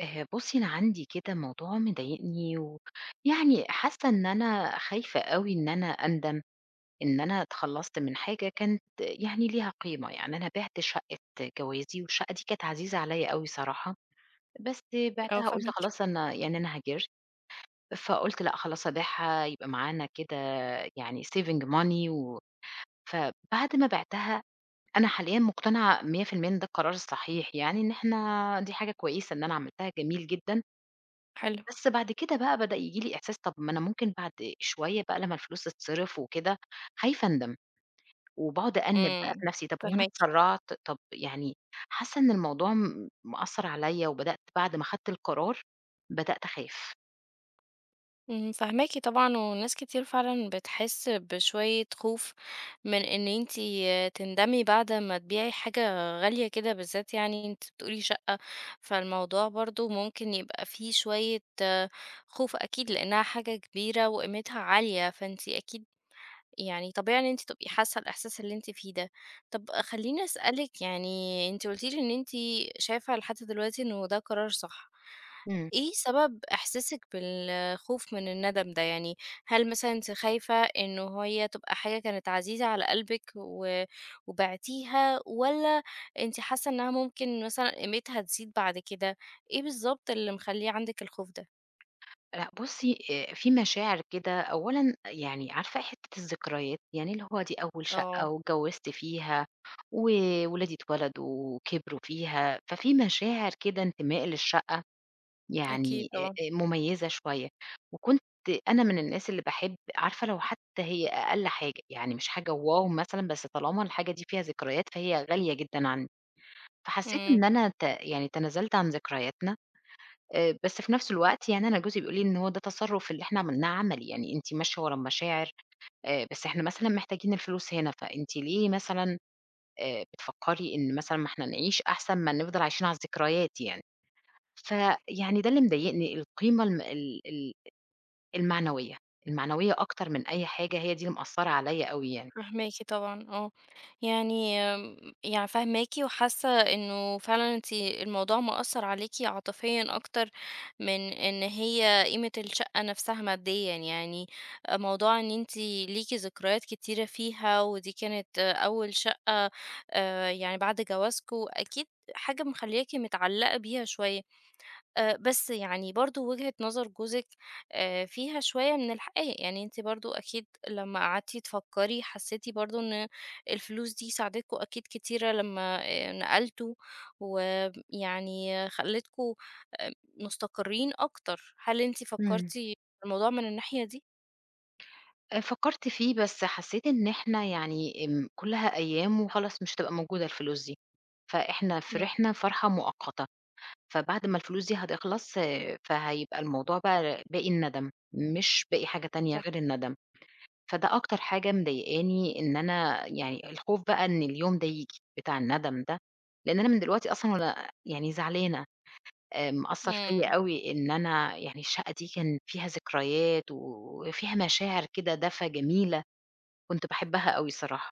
بُصّي، أنا عندي كده موضوع مضايقني ويعني حاسة إن أنا خايفة أوي إن أنا أندم، إن أنا اتخلّصت من حاجة كانت يعني ليها قيمة، يعني أنا بِعت شقة جوازي والشقة دي كانت عزيزة عليّا أوي صراحة، بس آه بِعتها قُلت فاهماكِ، خلاص أنا يعني أنا هاجرت، فقُلت لأ خلاص أبيعها يبقى معانا كده يعني saving money و فبعد ما بِعتها أنا حاليًا مقتنعة 100% إن ده القرار الصحيح يعني، إن إحنا دي حاجة كويسة إن أنا عملتها جميل جدًا. حلو، بس بعد كده بقى بدأ ييجي لي إحساس طب ما أنا ممكن بعد شوية بقى لمّا الفلوس تتصرف وكده، خايفة أندم، وباقعد أأنِّب بقى إمم، في نفسي، طب هو أنا فاهماكِ، اتسرعت؟ طب يعني حاسة إن الموضوع مأثّر عليَّ، وبدأت بعد ما خدت القرار بدأت أخاف. إمم، فاهماكِ طبعًا، وناس كتير فعلًا بتحس بشوية خوف من إن أنتِ تندمي بعد ما تبيعي حاجة غالية كده، بالذات يعني أنتِ بتقولي شقة، فالموضوع برضه ممكن يبقى فيه شوية خوف أكيد لأنها حاجة كبيرة وقيمتها عالية، فأنتِ أكيد يعني طبيعي إن أنتِ تبقي حاسة الإحساس اللي أنتِ فيه ده. طب خلّيني أسألِك يعني أنتِ قُلتِ لي إن أنتِ شايفة لحد دلوقتي إنه ده قرار صح. إمم. إيه سبب إحساسِك بالخوف من الندم ده؟ يعني هل مثلًا أنتِ خايفة إنه هي تبقى حاجة كانت عزيزة على قلبِك و وبِعتيها والّا أنتِ حاسة إنها ممكن مثلًا قيمتها تزيد بعد كده؟ إيه بالضبط اللي مخلّيه عندِك الخوف ده؟ لأ بُصّي، في مشاعر كده، أولًا يعني عارفة حتّة الذكريات، يعني اللي هو دي أول شقة آه، واتجوّزت فيها، وولادي اتولدوا وكبروا فيها، ففي مشاعر كده انتماء للشقة أكيد يعني طبعًا. مميزة شوية، وكنت أنا من الناس اللي باحب عارفة لو حتى هي أقل حاجة، يعني مش حاجة واو مثلًا، بس طالما الحاجة دي فيها ذكريات فهي غالية جدًا عندي، فحسيت إمم. إن أنا يعني تنازلت عن ذكرياتنا، بس في نفس الوقت يعني أنا جوزي بيقول لي إن هو ده تصرُّف اللي إحنا عملناه عملي، يعني أنتِ ماشية ورا المشاعر، بس إحنا مثلًا محتاجين الفلوس هنا، فأنتِ ليه مثلًا بتفكّري إن مثلًا ما إحنا نعيش أحسن ما نفضل عايشين على الذكريات يعني، فيعني ده اللي مضايقني القيمة الم ال ال المعنوية، المعنوية أكتر من أي حاجة هي دي اللي مأثّرة عليَّ أوي يعني. فاهماكِ طبعًا آه، يعني يعني فاهماكِ وحاسة إنه فعلًا أنتِ الموضوع مأثّر عليكِ عاطفيًا أكتر من إن هي قيمة الشقة نفْسها ماديًا، يعني موضوع إن أنتِ ليكِ ذكريات كتيرة فيها ودي كانت أول شقة يعني بعد جوازكم أكيد حاجة مخلّياكِ متعلّقة بيها شوية. بس يعني برضه وجهة نظر جوزِك فيها شوية من الحقيقة، يعني أنتِ برضه أكيد لمّا قعدتِ تفكّري حسّيتِ برضه إن الفلوس دي ساعدتكم أكيد كتيرة لمّا نقلتوا ويعني خلّتكم آآ، مستقرّين أكتر، هل أنتِ فكّرتِ إمم. في الموضوع من الناحية دي؟ فكّرت فيه، بس حسّيت إن إحنا يعني كُلّها أيام وخلاص مش هتبقى موجودة الفلوس دي، فإحنا إمم، فرحنا فرحة مؤقتة، فبعد ما الفلوس دي هتخلص فهيبقى الموضوع بقى باقي الندم، مش باقي حاجة تانية صح. غير الندم، فده أكتر حاجة مضايقاني إن أنا يعني الخوف بقى إن اليوم ده ييجي بتاع الندم ده، لإن أنا من دلوقتي أصلًا وأنا يعني زعلانة. مأثّر إمم، فيّا أوي إن أنا يعني الشقة دي كان فيها ذكريات وفيها مشاعر كده دفى جميلة، كنت باحبها أوي صراحة.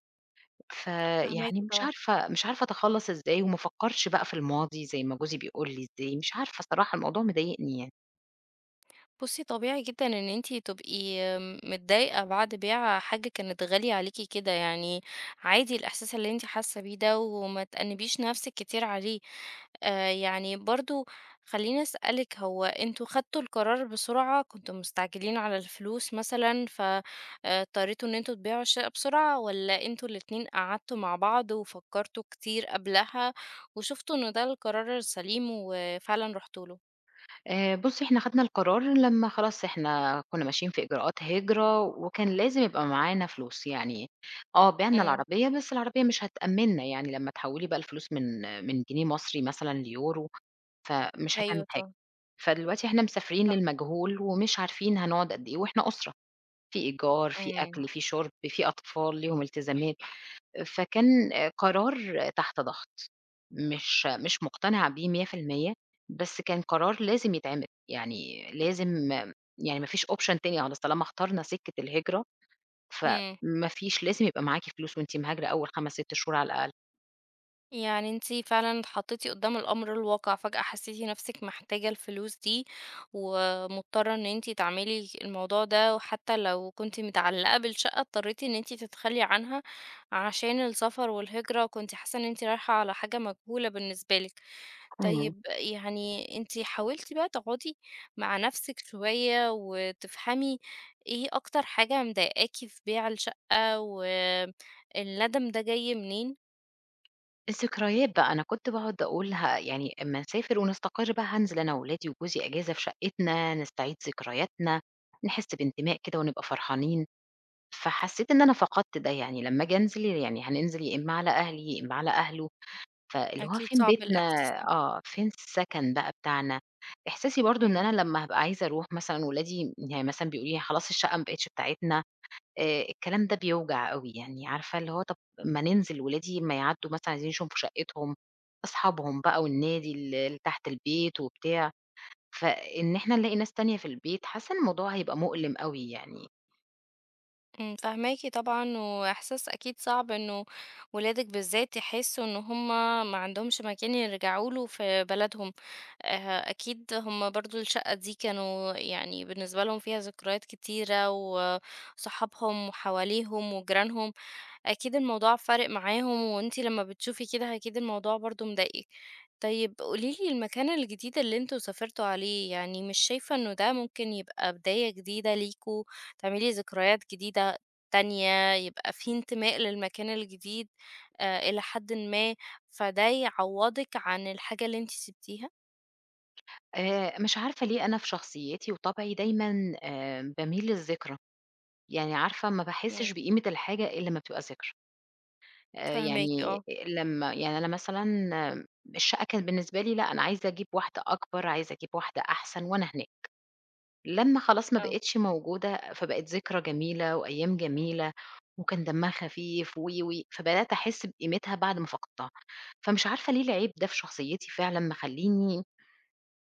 فاهماكِ فيعني مش طبعًا. عارفة مش عارفة أتخلّص إزاي وما أفكّرش بقى في الماضي زي ما جوزي بيقول لي إزاي، مش عارفة الصراحة الموضوع مضايقني يعني. بُصّي، طبيعي جدًا إن أنتِ تبقي متضايقة بعد بيع حاجة كانت غالية عليكِ كده، يعني عادي الإحساس اللي أنتِ حاسة بيه ده وما تأنِّبيش نفسِك كتير عليه. يعني برضه خلّيني أسألِك، هو أنتم خدتوا القرار بسرعة، كنتم مستعجلين على الفلوس مثلًا ف اضطريتوا إن أنتم تبيعوا الشقة بسرعة والّا أنتم الاتنين قعدتوا مع بعض وفكّرتوا كتير قبلها وشُفتوا إن ده القرار السليم وفعلًا رُحتوا له؟ بُصّي، إحنا خدنا القرار لمّا خلاص إحنا كُنّا ماشيين في إجراءات هجرة وكان لازم يبقى معانا فلوس، يعني بِعنا إمم، العربية، بس العربية مش هتأمّننا يعني لمّا تحوّلي بقى الفلوس من جنيه مصري مثلًا ليورو، فمش هتعمل أيوه حاجة. طبعًا، صح. فدلوقتي إحنا مسافرين للمجهول ومش عارفين هنقعد قد إيه وإحنا أسرة، في إيجار، في إمم، أكل، في شُرب، في أطفال ليهم التزامات، فكان قرار تحت ضغط، مش مقتنعة بيه 100%، بس كان قرار لازم يتعمل، يعني لازم يعني ما فيش option تاني خلاص طالما اخترنا سكة الهجرة، إمم، فما فيش لازم يبقى معاكِ فلوس وأنتِ مهاجرة أول 5، 6 شهور على الأقل. يعني أنتِ فعلًا اتحطيتِ قدّام الأمر الواقع، فجأة حسيتِ نفسِك محتاجة الفلوس دي، ومضطرة إن أنتِ تعملي الموضوع ده، وحتى لو كنتِ متعلقة بالشقة اضطريتِ إن أنتِ تتخلي عنها عشان السفر والهجرة، وكنتِ حاسة إن أنتِ رايحة على حاجة مجهولة بالنسبة لِك. إمم. طيب يعني أنتِ حاولتِ بقى تقعدي مع نفسِك شوية، وتفهمي إيه أكتر حاجة مضايقاكِ في بيع الشقة، والندم ده جاي منين؟ الذكريات بقى، أنا كنت باقعد أقول يعني أمّا نسافر ونستقر بقى هانزل أنا وولادي وجوزي أجازة في شقتنا، نستعيد ذكرياتنا، نحس بانتماء كده ونبقى فرحانين، فحسيت إن أنا فقدت ده، يعني لمّا آجي أنزل يعني هننزل يا إما على أهلي يا إما على أهله، فاللي هو أكيد فين صعب بيتنا؟ الإحساس. فين السكن بقى بتاعنا؟ إحساسي برضه إن إمم، أنا لمّا هابقى عايزة أروح مثلًا ولادي يعني مثلًا بيقولوا لي: "خلاص الشقة ما بقتش بتاعتنا." الكلام ده بيوجع أوي، يعني عارفة اللي هو طَب ما ننزل ولادي أمّا يعدّوا مثلًا عايزين يشوفوا شقتهم، أصحابهم بقى والنادي اللي تحت البيت وبتاع، فإن إحنا نلاقي ناس تانية في البيت، حاسة إن الموضوع هيبقى مؤلم أوي يعني. إمم، فاهماكِ طبعًا، وإحساس أكيد صعب إنه ولادِك بالذات يحسّوا إن هُم ما عندهمش مكان يرجعوا له في بلدهم، أكيد هُم برضه الشقة دي كانوا يعني بالنسبة لهم فيها ذكريات كتيرة، وصحابهم وحواليهم وجيرانهم. أكيد الموضوع فارق معاهم وأنتِ لمّا بتشوفي كده أكيد الموضوع برضه مضايقِك. طيب قولي لي المكان الجديد اللي أنتم سافرتوا عليه، يعني مش شايفة إنه ده ممكن يبقى بداية جديدة ليكم، تعملي ذكريات جديدة تانية، يبقى في انتماء للمكان الجديد إلى حدٍ ما، فده يعوّضِك عن الحاجة اللي أنتِ سِبتيها؟ مش عارفة ليه أنا في شخصيتي وطبعي دايمًا باميل للذكرى، يعني عارفة ما باحسّش إمم، بقيمة الحاجة إلّا لمّا بتبقى ذكرى. فاهماكِ يعني آه، لمّا يعني أنا مثلًا الشقة كانت بالنسبة لي لأ، أنا عايزة أجيب واحدة أكبر، عايزة أجيب واحدة أحسن وأنا هناك. لمّا خلاص ما آه، بقيتش موجودة، فبقت ذكرى جميلة وأيام جميلة وكان دمها خفيف و، و، فبدأت أحس بقيمتها بعد ما فقدتها، فمش عارفة ليه العيب ده في شخصيتي فعلًا مخلّيني،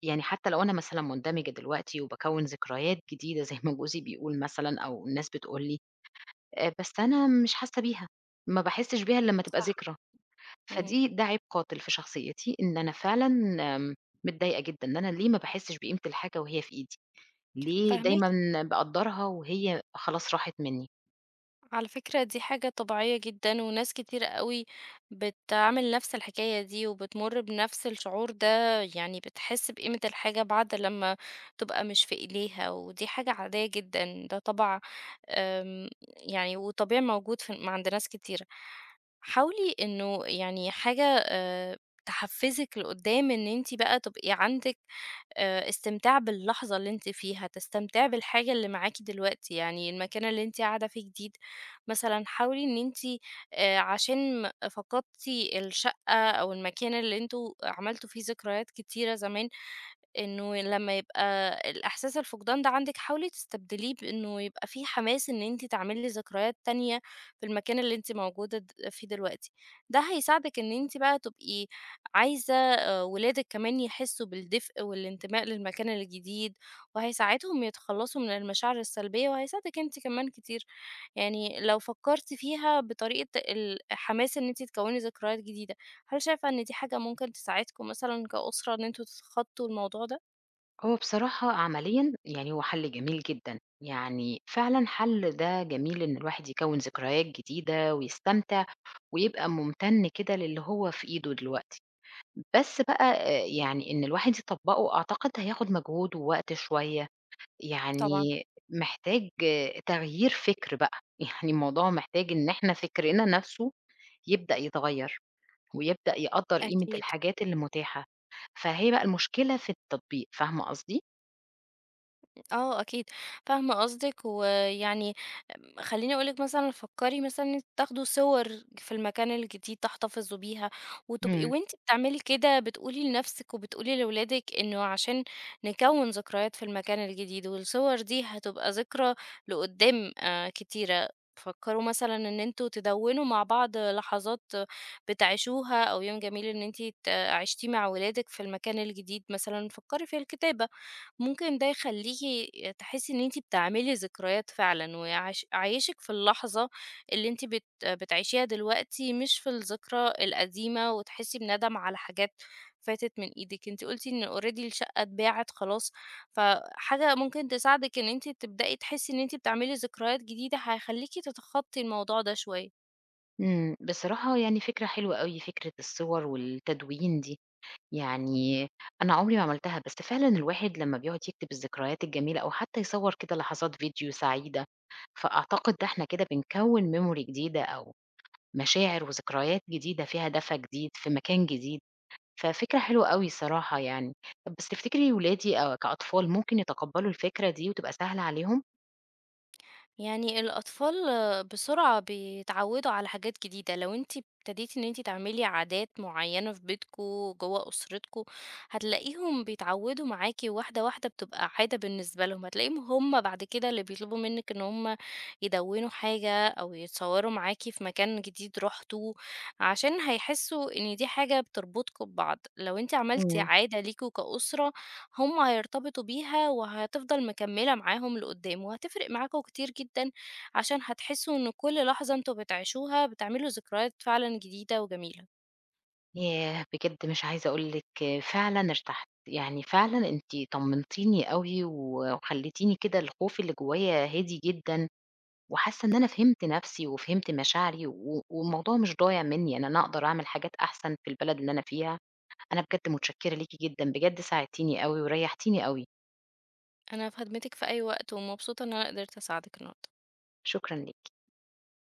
يعني حتى لو أنا مثلًا مندمجة دلوقتي وباكوّن ذكريات جديدة زي ما جوزي بيقول مثلًا أو الناس بتقول لي، بس أنا مش حاسة بيها، ما باحسش بيها إلا لمّا تبقى صح، ذكرى، إمم، فدي ده عيب قاتل في شخصيتي إن أنا فعلًا آم، متضايقة جدًا إن أنا ليه ما باحسش بقيمة الحاجة وهي في إيدي. ليه فاهماكِ. دايمًا باقدّرها وهي خلاص راحت منّي؟ على فكرة دي حاجة طبيعية جدًا، وناس كتير أوي بتعمل نفس الحكاية دي، وبتمُر بنفس الشعور ده، يعني بتحس بقيمة الحاجة بعد لمّا تبقى مش في إيديها، ودي حاجة عادية جدًا، ده طبع آمم، يعني وطبيعي موجود في عند ناس كتيرة. حاولي إنه يعني حاجة تحفّزِك لقدّام إن أنتِ بقى تبقي عندِك استمتاع باللحظة اللي أنتِ فيها، تستمتعي بالحاجة اللي معاكِ دلوقتي، يعني المكان اللي أنتِ قاعدة فيه جديد مثلًا حاولي إن أنتِ عشان فقدتِ الشقة أو المكان اللي أنتم عملتوا فيه ذكريات كتيرة زمان إنه لمّا يبقى الإحساس الفقدان ده عندِك، حاولي تستبدليه بإنه يبقى في حماس إن أنتِ تعملي ذكريات تانية في المكان اللي أنتِ موجودة فيه دلوقتي. ده هيساعدِك إن أنتِ بقى تبقي عايزة ولادِك كمان يحسّوا بالدفء والانتماء للمكان الجديد، وهيساعدهم يتخلّصوا من المشاعر السلبية، وهيساعدِك أنتِ كمان كتير. يعني لو فكّرتِ فيها بطريقة حماس إن أنتِ تكوّني ذكريات جديدة. هل شايفة إن دي حاجة ممكن تساعدكم مثلًا كأسرة إن أنتم تتخطوا الموضوع ده؟ هو بصراحة عمليًا يعني هو حَل جميل جدًا، يعني فعلًا حَل ده جميل إن الواحد يكوّن ذكريات جديدة ويستمتع ويبقى ممتن كده للي هو في إيده دلوقتي، بس بقى يعني إن الواحد يطبّقه أعتقد هياخُد مجهود ووقت شوية، طبعًا، يعني محتاج تغيير فِكر بقى، يعني الموضوع محتاج إن إحنا فِكرنا نَفْسه يبدأ يتغيّر. ويبدأ يقدّر قيمة أكيد. الحاجات اللي متاحة، فهي بقى المشكلة في التطبيق، فاهمة قصدي؟ آه أكيد، فاهمة قصدِك، ويعني خلّيني أقول لِك مثلًا فكّري مثلًا إن أنتِ تاخدوا صور في المكان الجديد تحتفظوا بيها، وتبقي إمم. وأنتِ بتعملي كده بتقولي لنَفْسِك وبتقولي لولادِك إنه عشان نكوّن ذكريات في المكان الجديد، والصور دي هتبقى ذكرى لقدّام كتيرة. فكّروا مثلًا إن أنتم تدوّنوا مع بعض لحظات بتعيشوها أو يوم جميل إن أنتِ عِشتيه مع ولادِك في المكان الجديد مثلًا، فكّري في الكتابة. ممكن ده يخلّيكِ تحسّي إن أنتِ بتعملي ذكريات فعلًا، ويعش يعيّشِك في اللحظة اللي أنتِ بتعيشيها دلوقتي، مش في الذكرى القديمة، وتحسّي بندم على حاجات فاتت من إيدِك. أنتِ قُلتِ إن already الشقة اتباعت خلاص، فحاجة ممكن تساعدِك إن أنتِ تبدئي تحسّي إن أنتِ بتعملي ذكريات جديدة، هيخلّيكِ تتخطّي الموضوع ده شوية. إمم، بصراحة يعني فكرة حلوة أوي فكرة الصور والتدوين دي، يعني أنا عمري ما عملتها، بس فعلًا الواحد لمّا بيقعد يكتب الذكريات الجميلة أو حتى يصور كده لحظات فيديو سعيدة، فأعتقد ده إحنا كده بنكوّن memory جديدة أو مشاعر وذكريات جديدة فيها دفى جديد في مكان جديد. ففكرة حلوة أوي الصراحة يعني. طب بس تفتكري ولادي أو كأطفال ممكن يتقبّلوا الفكرة دي وتبقى سهلة عليهم؟ يعني الأطفال بسرعة بيتعودوا على حاجات جديدة لو انتي ابتديتي ان انتي تعملي عادات معينة في بيتكو جوه أسرتكو، هتلاقيهم بيتعودوا معاكي واحدة واحدة بتبقى عادة بالنسبة لهم، هتلاقيهم هم بعد كده اللي بيطلبوا منك ان هم يدونوا حاجة أو يتصوروا معاكي في مكان جديد رحتوه، عشان هيحسوا ان دي حاجة بتربطكم ببعض. لو انتي عملتي إمم. عادة ليكوا كأسرة هم هيرتبطوا بيها وهتفضل مكملة معاهم لقدام، وهتفرق معاكوا كتير جدا عشان هتحسوا ان كل لحظة انتوا بتعيشوها بتعملوا ذكريات فعلا جديدة وجميلة. ياه! بجد مش عايزة أقول لِك فعلًا ارتحت، يعني فعلًا أنتِ طمنتيني أوي وخلّيتيني كده الخوف اللي جوايا هادي جدًا، وحاسة إن أنا فهمت نَفْسي وفهمت مشاعري والموضوع مش ضايع منّي، يعني أنا أقدر أعمل حاجات أحسن في البلد اللي أنا فيها. أنا بجد متشكّرة ليكِ جدًا، بجد ساعدتيني أوي وريّحتيني أوي، انا في خدمتك في اي وقت ومبسوطة ان انا قدرت اساعدك النهاردة. شكرًا ليكِ.